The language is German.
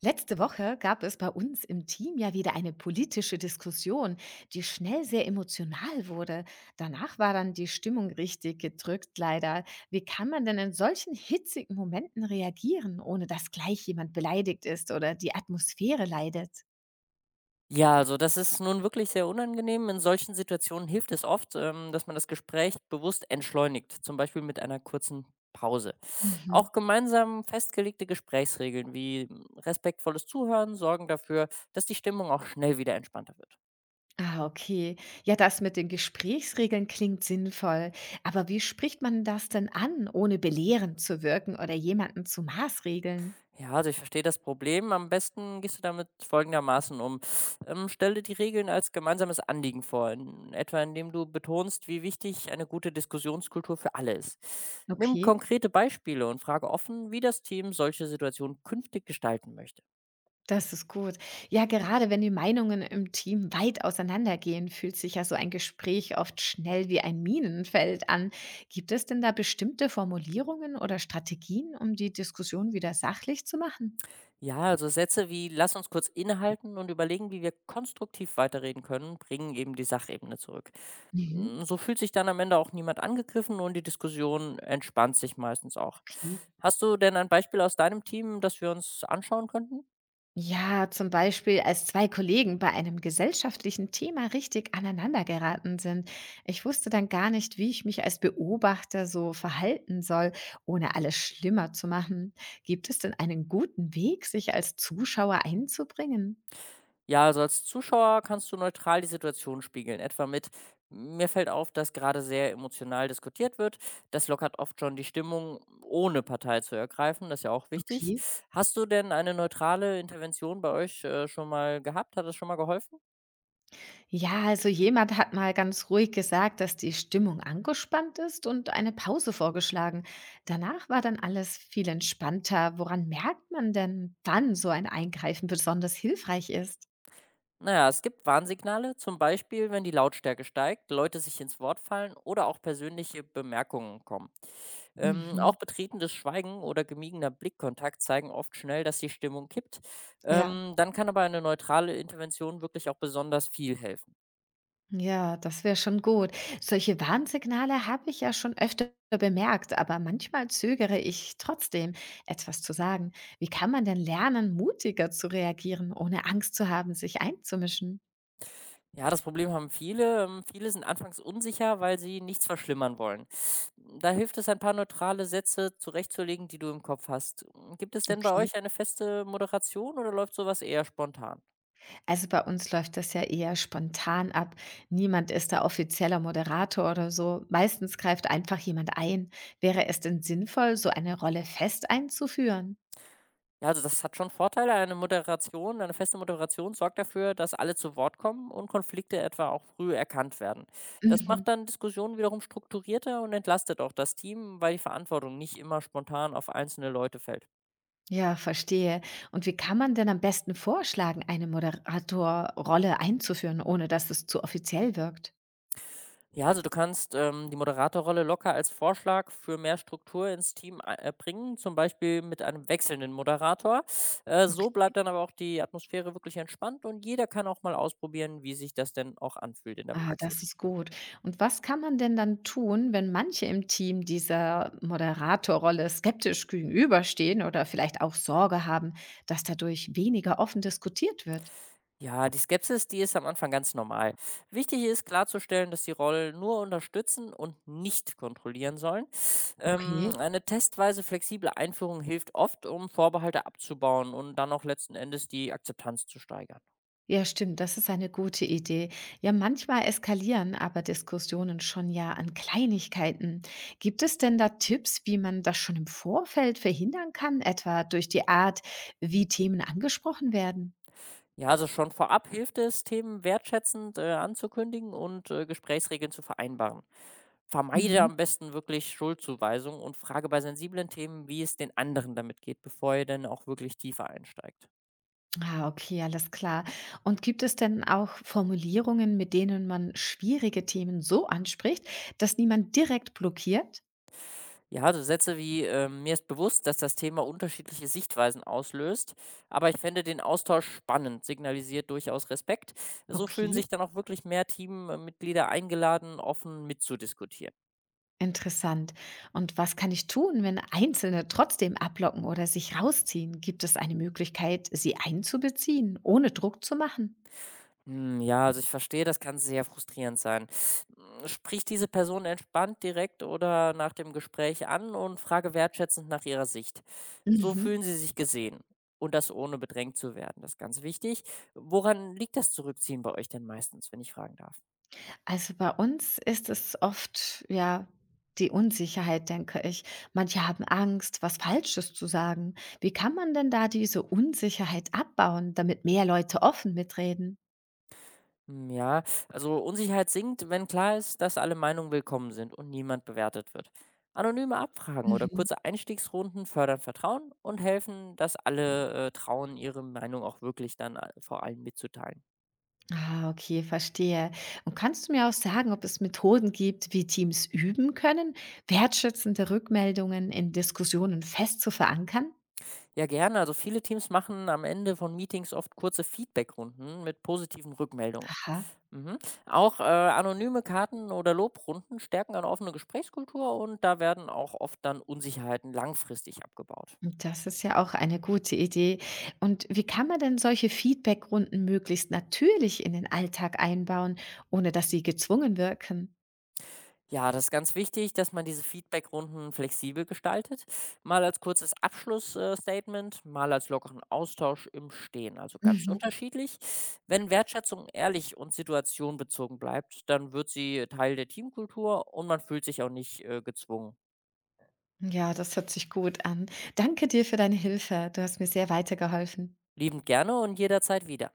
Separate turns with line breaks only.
Letzte Woche gab es bei uns im Team ja wieder eine politische Diskussion, die schnell sehr emotional wurde. Danach war dann die Stimmung richtig gedrückt, leider. Wie kann man denn in solchen hitzigen Momenten reagieren, ohne dass gleich jemand beleidigt ist oder die Atmosphäre leidet?
Ja, also das ist nun wirklich sehr unangenehm. In solchen Situationen hilft es oft, dass man das Gespräch bewusst entschleunigt, zum Beispiel mit einer kurzen Pause.
Mhm.
Auch gemeinsam festgelegte Gesprächsregeln wie respektvolles Zuhören sorgen dafür, dass die Stimmung auch schnell wieder entspannter wird.
Ah, okay. Ja, das mit den Gesprächsregeln klingt sinnvoll. Aber wie spricht man das denn an, ohne belehrend zu wirken oder jemanden zu maßregeln?
Ja, also ich verstehe das Problem. Am besten gehst du damit folgendermaßen um. Stell dir die Regeln als gemeinsames Anliegen vor, etwa indem du betonst, wie wichtig eine gute Diskussionskultur für alle ist. Nimm
Okay.
konkrete Beispiele und frage offen, wie das Team solche Situationen künftig gestalten möchte.
Das ist gut. Ja, gerade wenn die Meinungen im Team weit auseinandergehen, fühlt sich ja so ein Gespräch oft schnell wie ein Minenfeld an. Gibt es denn da bestimmte Formulierungen oder Strategien, um die Diskussion wieder sachlich zu machen?
Ja, also Sätze wie lass uns kurz innehalten und überlegen, wie wir konstruktiv weiterreden können, bringen eben die Sachebene zurück.
Mhm,
Hm, so fühlt sich dann am Ende auch niemand angegriffen und die Diskussion entspannt sich meistens auch.
okay.
Hast du denn ein Beispiel aus deinem Team, das wir uns anschauen könnten?
Ja, zum Beispiel, als zwei Kollegen bei einem gesellschaftlichen Thema richtig aneinander geraten sind. Ich wusste dann gar nicht, wie ich mich als Beobachter so verhalten soll, ohne alles schlimmer zu machen. Gibt es denn einen guten Weg, sich als Zuschauer einzubringen?
Ja, also als Zuschauer kannst du neutral die Situation spiegeln, etwa mit mir fällt auf, dass gerade sehr emotional diskutiert wird. Das lockert oft schon die Stimmung, ohne Partei zu ergreifen. Das ist ja auch wichtig.
Okay.
Hast du denn eine neutrale Intervention bei euch schon mal gehabt? Hat das schon mal geholfen?
Ja, also jemand hat mal ganz ruhig gesagt, dass die Stimmung angespannt ist und eine Pause vorgeschlagen. Danach war dann alles viel entspannter. Woran merkt man denn, wann so ein Eingreifen besonders hilfreich ist?
Naja, es gibt Warnsignale, zum Beispiel, wenn die Lautstärke steigt, Leute sich ins Wort fallen oder auch persönliche Bemerkungen kommen. Auch
Mhm.
betretenes Schweigen oder gemiegener Blickkontakt zeigen oft schnell, dass die Stimmung kippt.
Ja,
Dann kann aber eine neutrale Intervention wirklich auch besonders viel helfen.
ja, das wäre schon gut. Solche Warnsignale habe ich ja schon öfter bemerkt, aber manchmal zögere ich trotzdem, etwas zu sagen. Wie kann man denn lernen, mutiger zu reagieren, ohne Angst zu haben, sich einzumischen?
Ja, das Problem haben viele. Viele sind anfangs unsicher, weil sie nichts verschlimmern wollen. Da hilft es, ein paar neutrale Sätze zurechtzulegen, die du im Kopf hast. Gibt es denn bei
Okay.
euch eine feste Moderation oder läuft sowas eher spontan?
Also bei uns läuft das ja eher spontan ab. Niemand ist da offizieller Moderator oder so. Meistens greift einfach jemand ein. Wäre es denn sinnvoll, so eine Rolle fest einzuführen?
Ja, also das hat schon Vorteile. Eine Moderation, eine feste Moderation sorgt dafür, dass alle zu Wort kommen und Konflikte etwa auch früh erkannt werden. Das macht
Mhm.
dann Diskussionen wiederum strukturierter und entlastet auch das Team, weil die Verantwortung nicht immer spontan auf einzelne Leute fällt.
Ja, verstehe. Und wie kann man denn am besten vorschlagen, eine Moderatorrolle einzuführen, ohne dass es zu offiziell wirkt?
Ja, also du kannst die Moderatorrolle locker als Vorschlag für mehr Struktur ins Team bringen, zum Beispiel mit einem wechselnden Moderator. So
Okay.
bleibt dann aber auch die Atmosphäre wirklich entspannt und jeder kann auch mal ausprobieren, wie sich das denn auch anfühlt in der
Ah, das
Praxis.
ist gut. Und was kann man denn dann tun, wenn manche im Team dieser Moderatorrolle skeptisch gegenüberstehen oder vielleicht auch Sorge haben, dass dadurch weniger offen diskutiert wird?
Ja, die Skepsis, die ist am Anfang ganz normal. Wichtig ist klarzustellen, dass die Rollen nur unterstützen und nicht kontrollieren sollen.
Okay.
Eine testweise flexible Einführung hilft oft, um Vorbehalte abzubauen und dann auch letzten Endes die Akzeptanz zu steigern.
Ja, stimmt, das ist eine gute Idee. Ja, manchmal eskalieren aber Diskussionen schon ja an Kleinigkeiten. Gibt es denn da Tipps, wie man das schon im Vorfeld verhindern kann, etwa durch die Art, wie Themen angesprochen werden?
Ja, also schon vorab hilft es, Themen wertschätzend anzukündigen und Gesprächsregeln zu vereinbaren. Vermeide
Mhm.
am besten wirklich Schuldzuweisungen und frage bei sensiblen Themen, wie es den anderen damit geht, bevor ihr denn auch wirklich tiefer einsteigt.
Ah, okay, alles klar. Und gibt es denn auch Formulierungen, mit denen man schwierige Themen so anspricht, dass niemand direkt blockiert?
Ja, so Sätze wie, mir ist bewusst, dass das Thema unterschiedliche Sichtweisen auslöst, aber ich fände den Austausch spannend, signalisiert durchaus Respekt. So fühlen
Okay.
sich dann auch wirklich mehr Teammitglieder eingeladen, offen mitzudiskutieren.
Interessant. Und was kann ich tun, wenn Einzelne trotzdem ablocken oder sich rausziehen? Gibt es eine Möglichkeit, sie einzubeziehen, ohne Druck zu machen?
Hm, ja, also ich verstehe, das kann sehr frustrierend sein. Sprich diese Person entspannt direkt oder nach dem Gespräch an und frage wertschätzend nach ihrer Sicht. So
Mhm.
fühlen sie sich gesehen. Und das ohne bedrängt zu werden, das ist ganz wichtig. Woran liegt das Zurückziehen bei euch denn meistens, wenn ich fragen darf?
Also bei uns ist es oft ja die Unsicherheit, denke ich. Manche haben Angst, was Falsches zu sagen. Wie kann man denn da diese Unsicherheit abbauen, damit mehr Leute offen mitreden?
Hm, Ja, also Unsicherheit sinkt, wenn klar ist, dass alle Meinungen willkommen sind und niemand bewertet wird. Anonyme Abfragen oder
Mhm.
kurze Einstiegsrunden fördern Vertrauen und helfen, dass alle trauen, ihre Meinung auch wirklich dann vor allem mitzuteilen.
Ah, okay, verstehe. Und kannst du mir auch sagen, ob es Methoden gibt, wie Teams üben können, wertschätzende Rückmeldungen in Diskussionen fest zu verankern?
Ja, gerne. Also viele Teams machen am Ende von Meetings oft kurze Feedbackrunden mit positiven Rückmeldungen.
Aha,
Mhm. Auch anonyme Karten oder Lobrunden stärken eine offene Gesprächskultur und da werden auch oft dann Unsicherheiten langfristig abgebaut.
und das ist ja auch eine gute Idee. Und wie kann man denn solche Feedbackrunden möglichst natürlich in den Alltag einbauen, ohne dass sie gezwungen wirken?
Ja, das ist ganz wichtig, dass man diese Feedbackrunden flexibel gestaltet. Mal als kurzes Abschlussstatement, mal als lockeren Austausch im Stehen. Also ganz
Mhm.
unterschiedlich. Wenn Wertschätzung ehrlich und situationbezogen bleibt, dann wird sie Teil der Teamkultur und man fühlt sich auch nicht gezwungen.
Ja, das hört sich gut an. Danke dir für deine Hilfe. Du hast mir sehr weitergeholfen.
Liebend gerne und jederzeit wieder.